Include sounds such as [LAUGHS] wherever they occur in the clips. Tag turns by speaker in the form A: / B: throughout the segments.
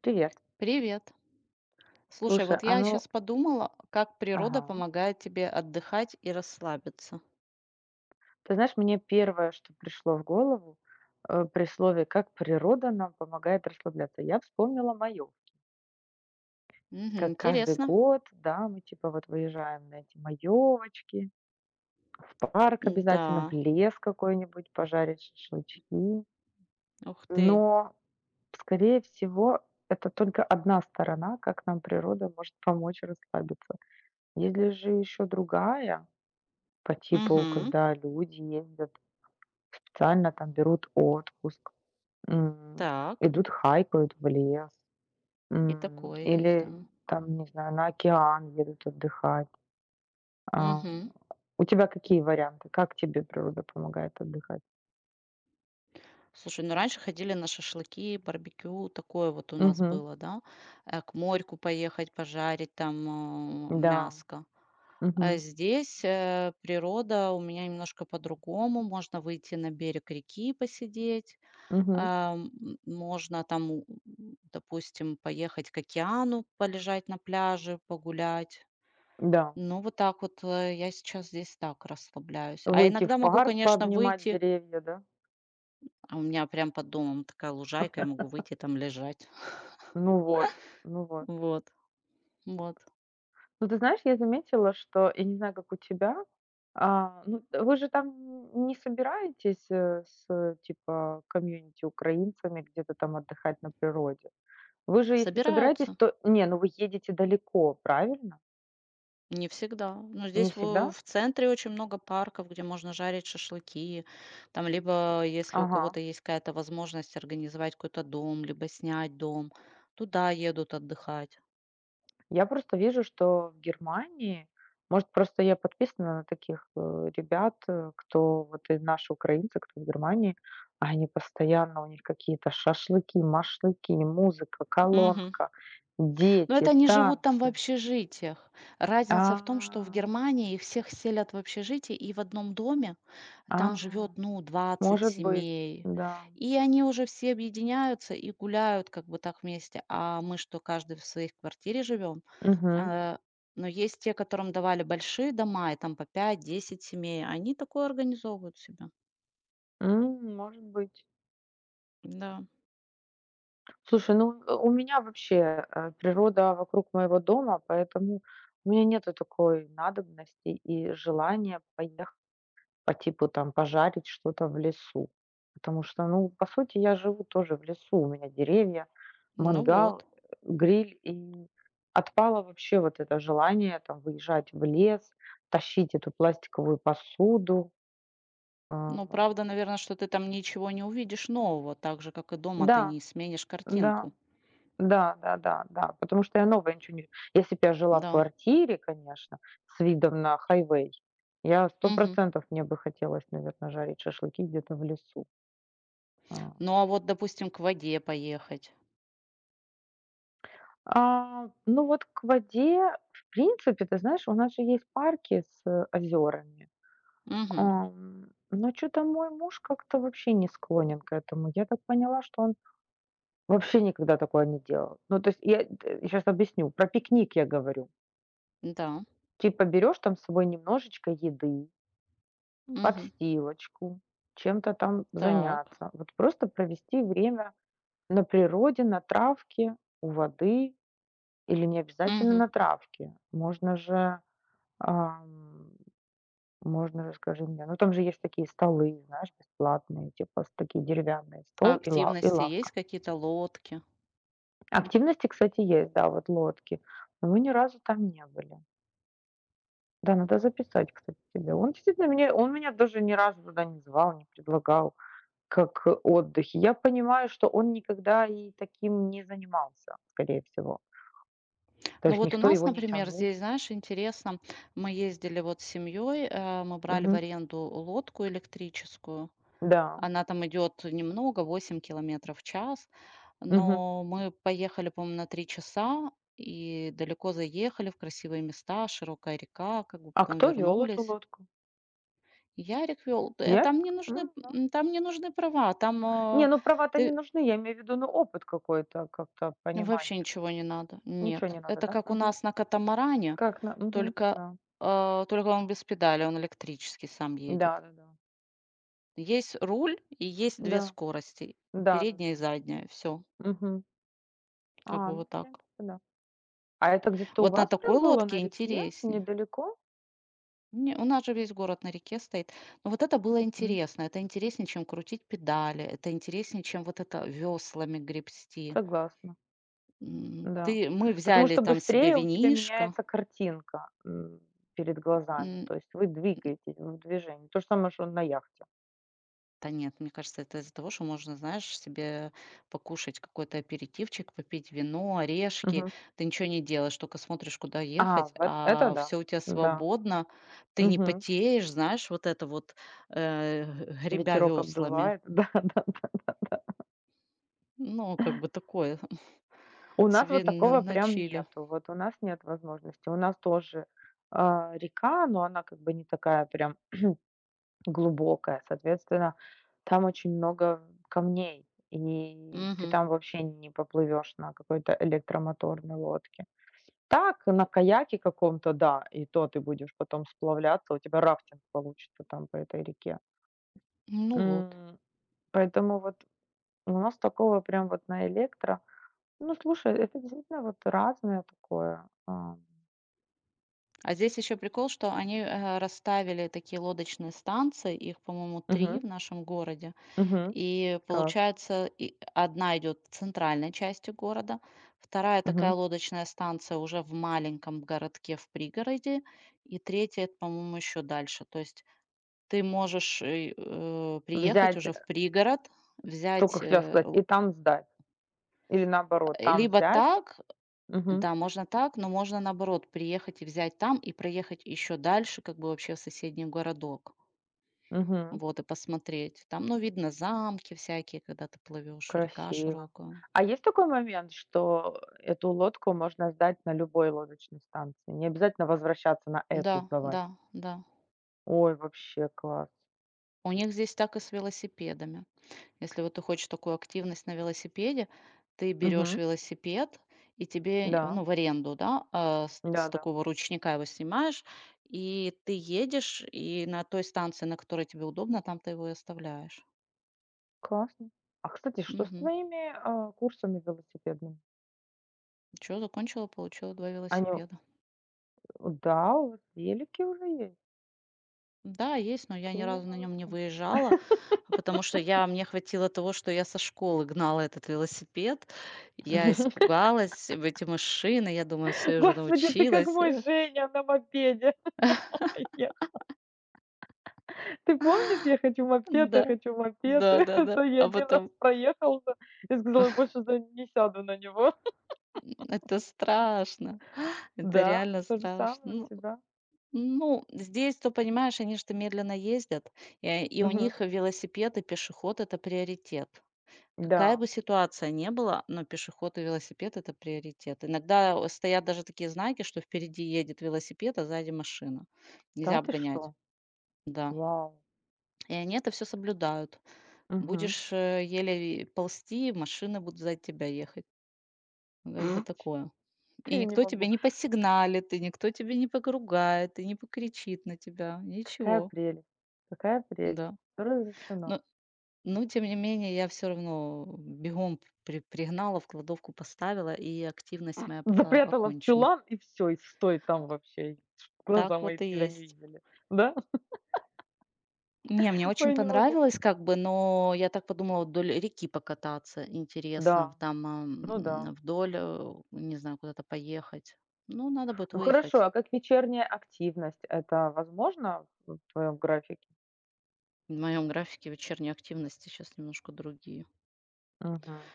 A: Привет.
B: Привет. Слушай,
A: Слушай,
B: вот я сейчас подумала, как природа
A: ага.
B: помогает тебе отдыхать и расслабиться.
A: Ты знаешь, мне первое, что пришло в голову, при слове "как природа нам помогает расслабляться", я вспомнила Маёв.
B: Мгм,
A: Как каждый
B: интересно.
A: год, да, мы типа вот выезжаем на эти маёвочки, в парк обязательно, в
B: Да.
A: лес какой-нибудь пожарить шашлычки.
B: Ух ты.
A: Но, скорее всего, это только одна сторона, как нам природа может помочь расслабиться. Есть ли же еще другая по типу,
B: Угу.
A: когда люди ездят. Специально там берут отпуск, м,
B: Так.
A: идут хайкают в лес,
B: И такое есть,
A: или
B: да.
A: там, не знаю, на океан едут отдыхать. А,
B: Угу.
A: у тебя какие варианты? Как тебе природа помогает отдыхать?
B: Слушай, ну раньше ходили на шашлыки, барбекю, такое вот у нас
A: Мгм.
B: было, да. К морьку поехать, пожарить там
A: Да.
B: мяско. А
A: Мгм.
B: здесь природа у меня немножко по-другому. Можно выйти на берег реки посидеть.
A: Мгм.
B: А, м, Можно там, допустим, поехать к океану, полежать на пляже, погулять.
A: Да.
B: Ну, вот так вот я сейчас здесь так расслабляюсь. А
A: Выйти в
B: иногда могу,
A: парк,
B: конечно,
A: пообнимать
B: выйти.
A: деревья, да?
B: А у меня прям под домом такая лужайка, я могу выйти там лежать. [LAUGHS]
A: Ну вот, ну вот.
B: Вот, вот.
A: Ну, ты знаешь, я заметила, что, я не знаю, как у тебя, ну, т вы же там не собираетесь, типа, комьюнити украинцами где-то там отдыхать на природе? Вы же, если собираетесь,
B: Собираются.
A: то не, ну, вы едете далеко, правильно?
B: Не всегда. Но
A: Не
B: здесь во
A: всегда?
B: в центре очень много парков, где можно жарить шашлыки. Там либо, если у
A: Ага.
B: кого-то есть какая-то возможность организовать какой-то дом, либо снять дом, туда едут отдыхать.
A: Я просто вижу, что в Германии, может, просто я подписана на таких, ребят, кто вот и наши украинцы, кто в Германии, а они постоянно, у них какие-то шашлыки, машлыки, музыка,
B: Мгм.
A: колонка,
B: Но
A: дети,
B: это они живут там в
A: танцы.
B: общежитиях.
A: А,
B: Разница в том, что в Германии их всех селят в общежитии, и в одном доме там
A: а,
B: живет, ну, 20
A: может быть,
B: семей.
A: да.
B: И они уже все объединяются и гуляют как бы так вместе. А мы что, каждый в своей квартире живем?
A: Угу.
B: А, но есть те, которым давали большие дома, и там по пять, 10 семей. Они такое организовывают себя.
A: М, может быть.
B: Да.
A: Слушай, у меня вообще, природа вокруг моего дома, поэтому у меня нету такой надобности и желания поехать по типу там пожарить что-то в лесу. Потому что, ну, по сути, я живу тоже в лесу. У меня деревья,
B: Ну
A: мангал,
B: вот.
A: гриль. И отпало вообще вот это желание там выезжать в лес, тащить эту пластиковую посуду.
B: Ну,
A: А,
B: правда, наверное, что ты там ничего не увидишь нового, так же, как и дома ты
A: да,
B: не сменишь
A: да.
B: картинку.
A: Да, да-да-да, потому что я новая ничего не. Если бы я жила в
B: Да.
A: квартире, конечно, с видом на хайвей, я сто
B: Мгм.
A: процентов мне бы хотелось, наверное, жарить шашлыки где-то в лесу. А.
B: Ну, а вот, допустим, к воде поехать.
A: А, ну, вот к воде, в принципе, ты знаешь, у нас же есть парки с озерами.
B: Мгм.
A: Ам, но что то мой муж как-то вообще не склонен к этому. Я так поняла, что он вообще никогда такое не делал. Ну, то есть я сейчас объясню. Про пикник я говорю.
B: Да.
A: Типа берёшь там с собой немножечко еды,
B: Мгм.
A: подстилочку, чем-то там
B: Так.
A: заняться. Вот просто провести время на природе, на травке, у воды или не обязательно
B: Мгм.
A: на травке. Ам, можно же, скажи мне, ну там же есть такие столы, знаешь, бесплатные, типа с такие деревянные
B: А
A: стол и, лав и
B: активности есть
A: лавка.
B: какие-то лодки?
A: Активности, кстати, есть, да, вот лодки, но мы ни разу там не были. Да, надо записать, кстати, тебе. Он действительно меня, он меня даже ни разу туда не звал, не предлагал. Как отдыхе. Я понимаю, что он никогда и таким не занимался, скорее всего. То
B: Ну
A: есть
B: вот у
A: никто
B: нас,
A: его не
B: например,
A: тянул.
B: здесь, знаешь, интересно, мы ездили вот с семьей, мы брали в
A: Мгм.
B: аренду лодку электрическую.
A: Да.
B: Она там идет немного, 8 км/ч,
A: Мгм.
B: но мы поехали, по-моему, на 3 часа и далеко заехали в красивые места, широкая река, как бы
A: А
B: потом
A: кто вёл эту
B: вернулись.
A: лодку?
B: Ярик вел,
A: Ярк. М, да.
B: там не нужны права, там
A: Не,
B: э,
A: ну права-то
B: ты
A: не нужны, я имею в виду, ну, опыт какой-то, как-то
B: ну, вообще
A: понимание.
B: ничего не надо.
A: Ничего
B: Нет.
A: не надо,
B: Это
A: да?
B: как у
A: Мгм.
B: нас на катамаране,
A: Как на мгм,
B: только,
A: да.
B: только он без педали, он электрический сам едет.
A: Да-да-да.
B: Есть руль и есть две
A: Да.
B: скорости, передняя и
A: Да-да-да.
B: задняя. Все,
A: Мгм. А,
B: как бы
A: ну,
B: вот
A: в
B: так.
A: принципе, да. А это где-то у
B: Вот на
A: вас
B: такой
A: прям было
B: лодке
A: на реке,
B: интереснее.
A: недалеко?
B: Не, у нас же весь город на реке стоит. Но вот это было
A: М,
B: интересно. Это интереснее, чем крутить педали. Это интереснее, чем вот это веслами гребсти.
A: согласна. Да.
B: Мы
A: Потому
B: взяли
A: что
B: там себе
A: быстрее у тебя
B: винишко.
A: меняется картинка, перед глазами. То есть вы двигаетесь в движении. То же самое, что на яхте.
B: Да нет, мне кажется, это из-за того, что можно, знаешь, себе покушать какой-то аперитивчик, попить вино, орешки.
A: Мгм.
B: Ты ничего не делаешь, только смотришь, куда
A: А,
B: ехать,
A: вот это
B: а
A: да.
B: все у тебя
A: Да.
B: свободно. Ты не
A: Мгм.
B: потеешь, знаешь, вот это вот э, [LAUGHS] гребя
A: Ветерок
B: веслами.
A: обдувает. [LAUGHS] Да-да-да.
B: Ну, как бы такое [LAUGHS]
A: У нас вот
B: себе на,
A: такого
B: на
A: прям
B: чиле.
A: нету. Вот у нас нет возможности. У нас тоже, река, но она как бы не такая прям глубокая. Соответственно, там очень много камней, и ты
B: Мгм.
A: там вообще не поплывешь на какой-то электромоторной лодке. Так, на каяке каком-то, да, и то ты будешь потом сплавляться, у тебя рафтинг получится там по этой реке.
B: Ну вот.
A: М, поэтому вот у нас такого прям вот на электро. Ну, слушай, это действительно вот разное такое. А.
B: А здесь еще прикол, что они расставили такие лодочные станции, их, по-моему,
A: Мгм,
B: три в нашем городе.
A: мгм.
B: И
A: Класс.
B: получается, и одна идет центральной части города, вторая такая
A: Мгм.
B: лодочная станция уже в маленьком городке в пригороде, и третья, это, по-моему, еще дальше. То есть ты можешь приехать
A: Взять,
B: уже
A: э,
B: в пригород,
A: только
B: взять
A: хотела сказать, и там сдать. Или наоборот, там
B: либо
A: взять.
B: так,
A: Мгм,
B: да, можно так, но можно наоборот приехать и взять там и проехать еще дальше, как бы вообще в соседний городок.
A: мгм.
B: Вот, и посмотреть. Там, ну, видно замки всякие, когда ты плывешь, река
A: Красиво.
B: широкая.
A: А есть такой момент, что эту лодку можно сдать на любой лодочной станции? Не обязательно возвращаться на
B: Да,
A: эту сдавать.
B: да, да.
A: Ой, вообще класс.
B: У них здесь так и с велосипедами. Если вот ты хочешь такую активность на велосипеде, ты берешь
A: Мгм.
B: велосипед и тебе,
A: Да,
B: ну, в аренду, да, а, с
A: да-да.
B: такого ручника его снимаешь, и ты едешь, и на той станции, на которой тебе удобно, там ты его и оставляешь.
A: Классно. А, кстати, что с
B: Угу.
A: твоими, курсами велосипедными?
B: Что, закончила, получила два
A: Они
B: велосипеда.
A: у да, у вас велики уже есть.
B: Да, есть, но я ни
A: Какие вы
B: разу на нем не
A: молодцы.
B: выезжала, потому что я мне хватило того, что я со школы гнала этот велосипед. Я
A: [LAUGHS]
B: испугалась, в эти машины, я думаю, все уже
A: Господи, ты как
B: научилась.
A: мой Женя на мопеде. [LAUGHS] Ты помнишь, я хочу
B: [LAUGHS]
A: мопед, я
B: Да,
A: хочу мопед. [LAUGHS] Это
B: да-да-да,
A: я один раз проехался и сказала: "Больше за не сяду на него".
B: это страшно, [GASPS] это
A: Да,
B: реально
A: то же
B: страшно.
A: самое у
B: Ну
A: тебя.
B: ну, здесь, то понимаешь, они же медленно ездят, и у
A: Мгм.
B: них велосипед и пешеход- это приоритет. Какая
A: Да.
B: бы ситуация не была, но пешеход и велосипед- это приоритет. Иногда, стоят даже такие знаки, что впереди едет велосипед, а сзади машина.
A: Да
B: Нельзя
A: ты что?
B: обгонять. Да.
A: Вау.
B: И они это все соблюдают.
A: Мгм.
B: Будешь, еле ползти, машины будут за тебя ехать. Ну, как бы
A: [LAUGHS]
B: такое. И
A: Ты, не
B: никто тебе
A: могу.
B: не посигналит, и никто тебя не погругает, и не покричит на тебя.
A: Какая
B: Ничего.
A: прелесть, какая прелесть.
B: Да.
A: Всё разрешено.
B: Но Но тем не менее я все равно бегом пригнала, в кладовку поставила, и активность моя пока
A: Запрятала в
B: окончена.
A: чулан и все, и стой там вообще, и чтоб глаза
B: Так
A: мои
B: вот и
A: тебя не
B: есть.
A: видели. Да?
B: Не, мне
A: [LAUGHS]
B: очень
A: Ой, не могу.
B: понравилось как бы, но я так подумала вот вдоль реки покататься интересно, в
A: Да,
B: там,
A: ну да.
B: вдоль, не знаю, куда-то поехать. Ну, надо будет
A: Ну хорошо,
B: выехать.
A: а как вечерняя активность — это возможно в твоем графике?
B: В моем графике вечерние активности сейчас немножко другие.
A: Мгм.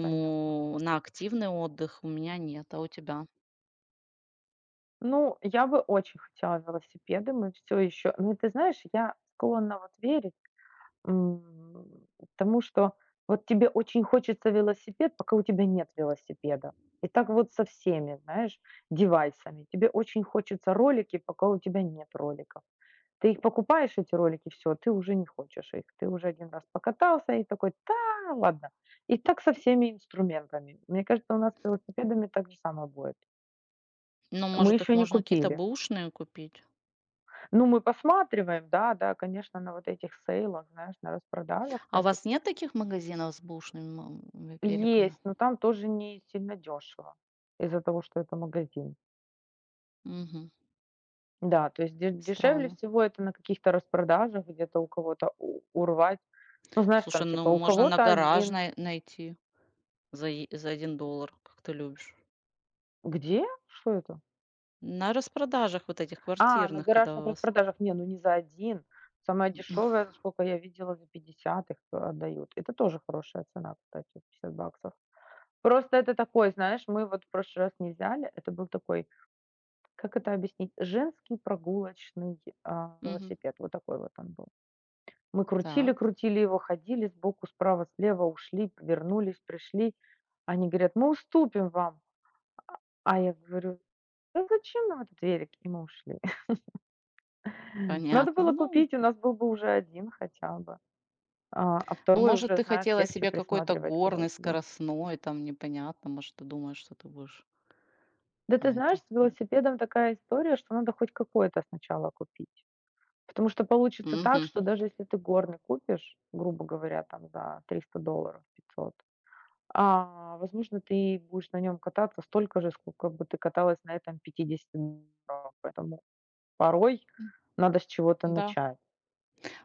A: Понятно.
B: на активный отдых у меня нет, а у тебя?
A: Ну, я бы очень хотела велосипеды. Мы все еще ну, ты знаешь, я склонна вот верить, м, тому, что вот тебе очень хочется велосипед, пока у тебя нет велосипеда. И так вот со всеми, знаешь, девайсами. Тебе очень хочется ролики, пока у тебя нет роликов. Ты их покупаешь, эти ролики, все ты уже не хочешь их. Ты уже один раз покатался и такой: "Да, ладно". И так со всеми инструментами. Мне кажется, у нас с велосипедами так же самое будет.
B: Ну,
A: Мы
B: может, их
A: еще не
B: можно какие-то
A: купили.
B: бэушные купить?
A: Ну, мы посматриваем, да, да, конечно, на вот этих сейлах, знаешь, на распродажах
B: А у
A: всяких.
B: вас нет таких магазинов с бушными великами?
A: Есть, но там тоже не сильно дешево из-за того, что это магазин.
B: Мгм.
A: Да, то есть де дешевле
B: Странно.
A: всего это на каких-то распродажах где-то у кого-то у урвать. Ну, знаешь, там
B: Слушай, ну
A: типа у
B: можно на
A: кого-то один.
B: гаражной найти за 1 доллар, как ты любишь.
A: Где? Что это?
B: На распродажах вот этих
A: А, на
B: квартирных, когда
A: гаражных
B: у вас.
A: распродажах. Не, ну не за один. Самая дешевая,
B: [LAUGHS]
A: за сколько я видела, за 50 их отдают. Это тоже хорошая цена, кстати, 50 баксов. Просто это такой, знаешь, мы вот в прошлый раз не взяли. Это был такой, как это объяснить, женский прогулочный,
B: Мгм.
A: велосипед. Вот такой вот он был. Мы крутили,
B: Так,
A: крутили его, ходили сбоку, справа, слева, ушли, вернулись, пришли. Они говорят: "Мы уступим вам". А я говорю: "Да зачем нам этот велик?" И мы ушли. Надо
B: понятно.
A: было
B: Ну,
A: купить, у нас был бы уже один хотя бы, а 2
B: ну, может,
A: уже,
B: ты
A: знаешь,
B: хотела
A: легче
B: себе какой-то
A: присматривать, когда у
B: горный,
A: тебя есть.
B: скоростной, там непонятно, может, ты думаешь, что ты будешь,
A: Да ты
B: а,
A: знаешь,
B: это
A: с велосипедом такая история, что надо хоть какой-то сначала купить. Потому что получится так,
B: мгм,
A: что даже если ты горный купишь, грубо говоря, там за $300, 500, возможно, ты будешь на нем кататься столько же, сколько бы ты каталась на этом $50. Поэтому порой
B: м,
A: надо с чего-то
B: да.
A: начать.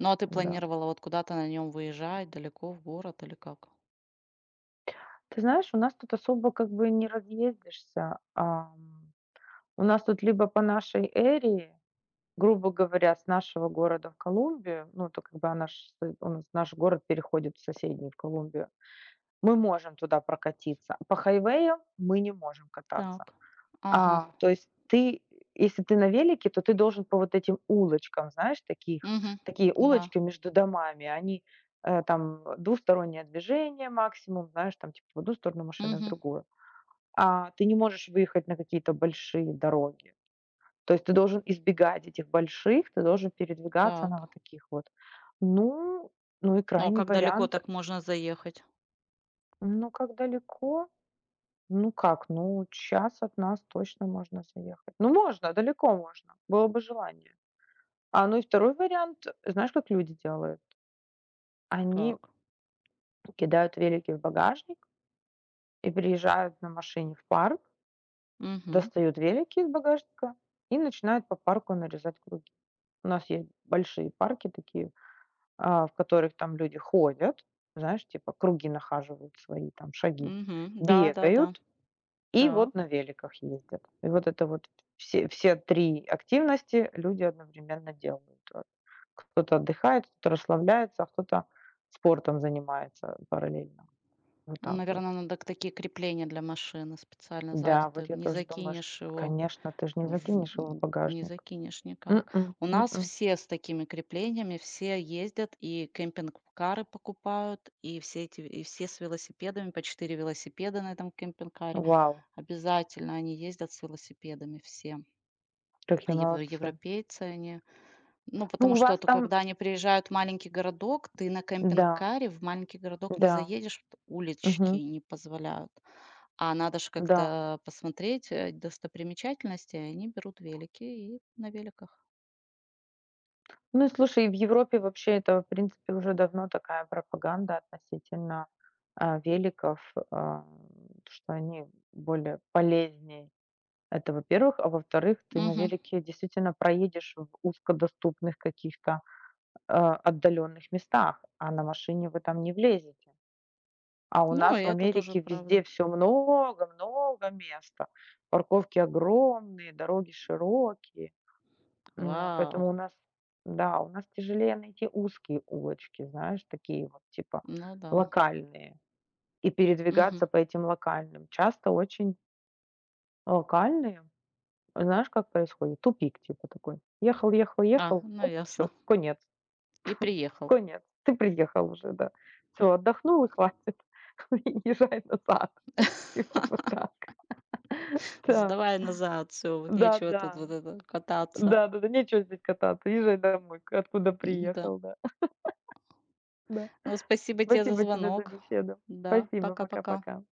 B: Ну, а ты
A: Да.
B: планировала вот куда-то на нем выезжать, далеко в город или как?
A: Ты знаешь, у нас тут особо как бы не разъездишься. Ам, у нас тут либо по нашей эре, грубо говоря, с нашего города в Колумбию, ну, то как бы она ж с у нас наш город переходит в соседний, в Колумбию, мы можем туда прокатиться. По хайвеям мы не можем кататься.
B: Так. Ага.
A: А, то есть ты, если ты на велике, то ты должен по вот этим улочкам, знаешь, таких
B: Угу,
A: такие
B: да.
A: улочки между домами, они, там двустороннее движение максимум, знаешь, там типа в одну сторону машины, в
B: Угу,
A: другую. А, ты не можешь выехать на какие-то большие дороги. То есть ты должен избегать этих больших, ты должен передвигаться на
B: так.
A: вот таких вот. Ну, ну и
B: Ну, а
A: крайний
B: как далеко
A: вариант,
B: так можно заехать?
A: ну как далеко? Ну как, ну час от нас точно можно заехать. Ну можно, далеко можно, было бы желание. А ну и второй вариант, знаешь, как люди делают? Они
B: Так.
A: кидают велики в багажник и приезжают на машине в парк.
B: Угу,
A: Достают велики из багажника и начинают по парку нарезать круги. У нас есть большие парки такие, в которых там люди ходят, знаешь, типа круги нахаживают свои, там шаги,
B: угу, да-да-да.
A: бегают и
B: Так.
A: вот на великах ездят. И вот это вот все 3 активности люди одновременно делают. Вот. Кто-то отдыхает, кто-то расслабляется, а кто-то спортом занимается параллельно. Вот так вот.
B: Наверное, надо к такие крепления для машины специально
A: Да,
B: сзади.
A: вот
B: Ты
A: я
B: не
A: тоже думаю, что,
B: закинешь его.
A: конечно, ты ж не
B: В м,
A: закинешь его в
B: Не
A: багажник.
B: закинешь никак.
A: М-м,
B: У нас
A: м-м.
B: все с такими креплениями, все ездят и кемпинг-кары покупают, и все эти, и все с велосипедами, по 4 велосипеда на этом кемпинг-каре.
A: Вау,
B: Обязательно они ездят с велосипедами все. А
A: какие молодцы.
B: европейцы они. Ну,
A: Ну, у
B: потому что
A: вас там
B: когда они приезжают в маленький городок, ты на
A: да,
B: кемпинг-каре в маленький городок не
A: да,
B: заедешь, улички
A: мгм,
B: не позволяют. А надо же
A: да.
B: как-то посмотреть, достопримечательности, а они берут велики и на великах.
A: Ну и слушай, и в Европе вообще это, в принципе, уже давно такая пропаганда относительно, великов, что они более полезнее. Это, во-первых. А во-вторых, ты на
B: Мгм.
A: велике действительно проедешь в узкодоступных каких-то, отдаленных местах, а на машине вы там не влезете. А у
B: Ну, и
A: нас в
B: это тоже
A: Америке везде
B: правда.
A: все много-много места. Парковки огромные, дороги широкие.
B: Вау!
A: Поэтому у нас, да, у нас тяжелее найти узкие улочки, знаешь, такие вот типа
B: Ну да.
A: локальные, и
B: Мгм.
A: передвигаться по этим локальным. Часто очень локальные, знаешь, как происходит? Тупик типа такой. Ехал, ехал,
B: А,
A: ехал,
B: ну
A: оп,
B: ясно.
A: всё, конец,
B: И приехал.
A: конец. Ты приехал уже, да. Все, отдохнул и хватит. [LAUGHS] И езжай назад. [LAUGHS] Типа вот так. Да,
B: Сдавай назад всё, вот нечего тут
A: да-да.
B: вот это кататься.
A: Да-да-да, нечего здесь кататься, езжай домой, к откуда
B: М-да.
A: приехал, да. [LAUGHS] Да.
B: Ну, спасибо тебе за
A: Спасибо тебе за
B: звонок.
A: беседу.
B: Да,
A: Спасибо,
B: пока-пока.
A: пока-пока.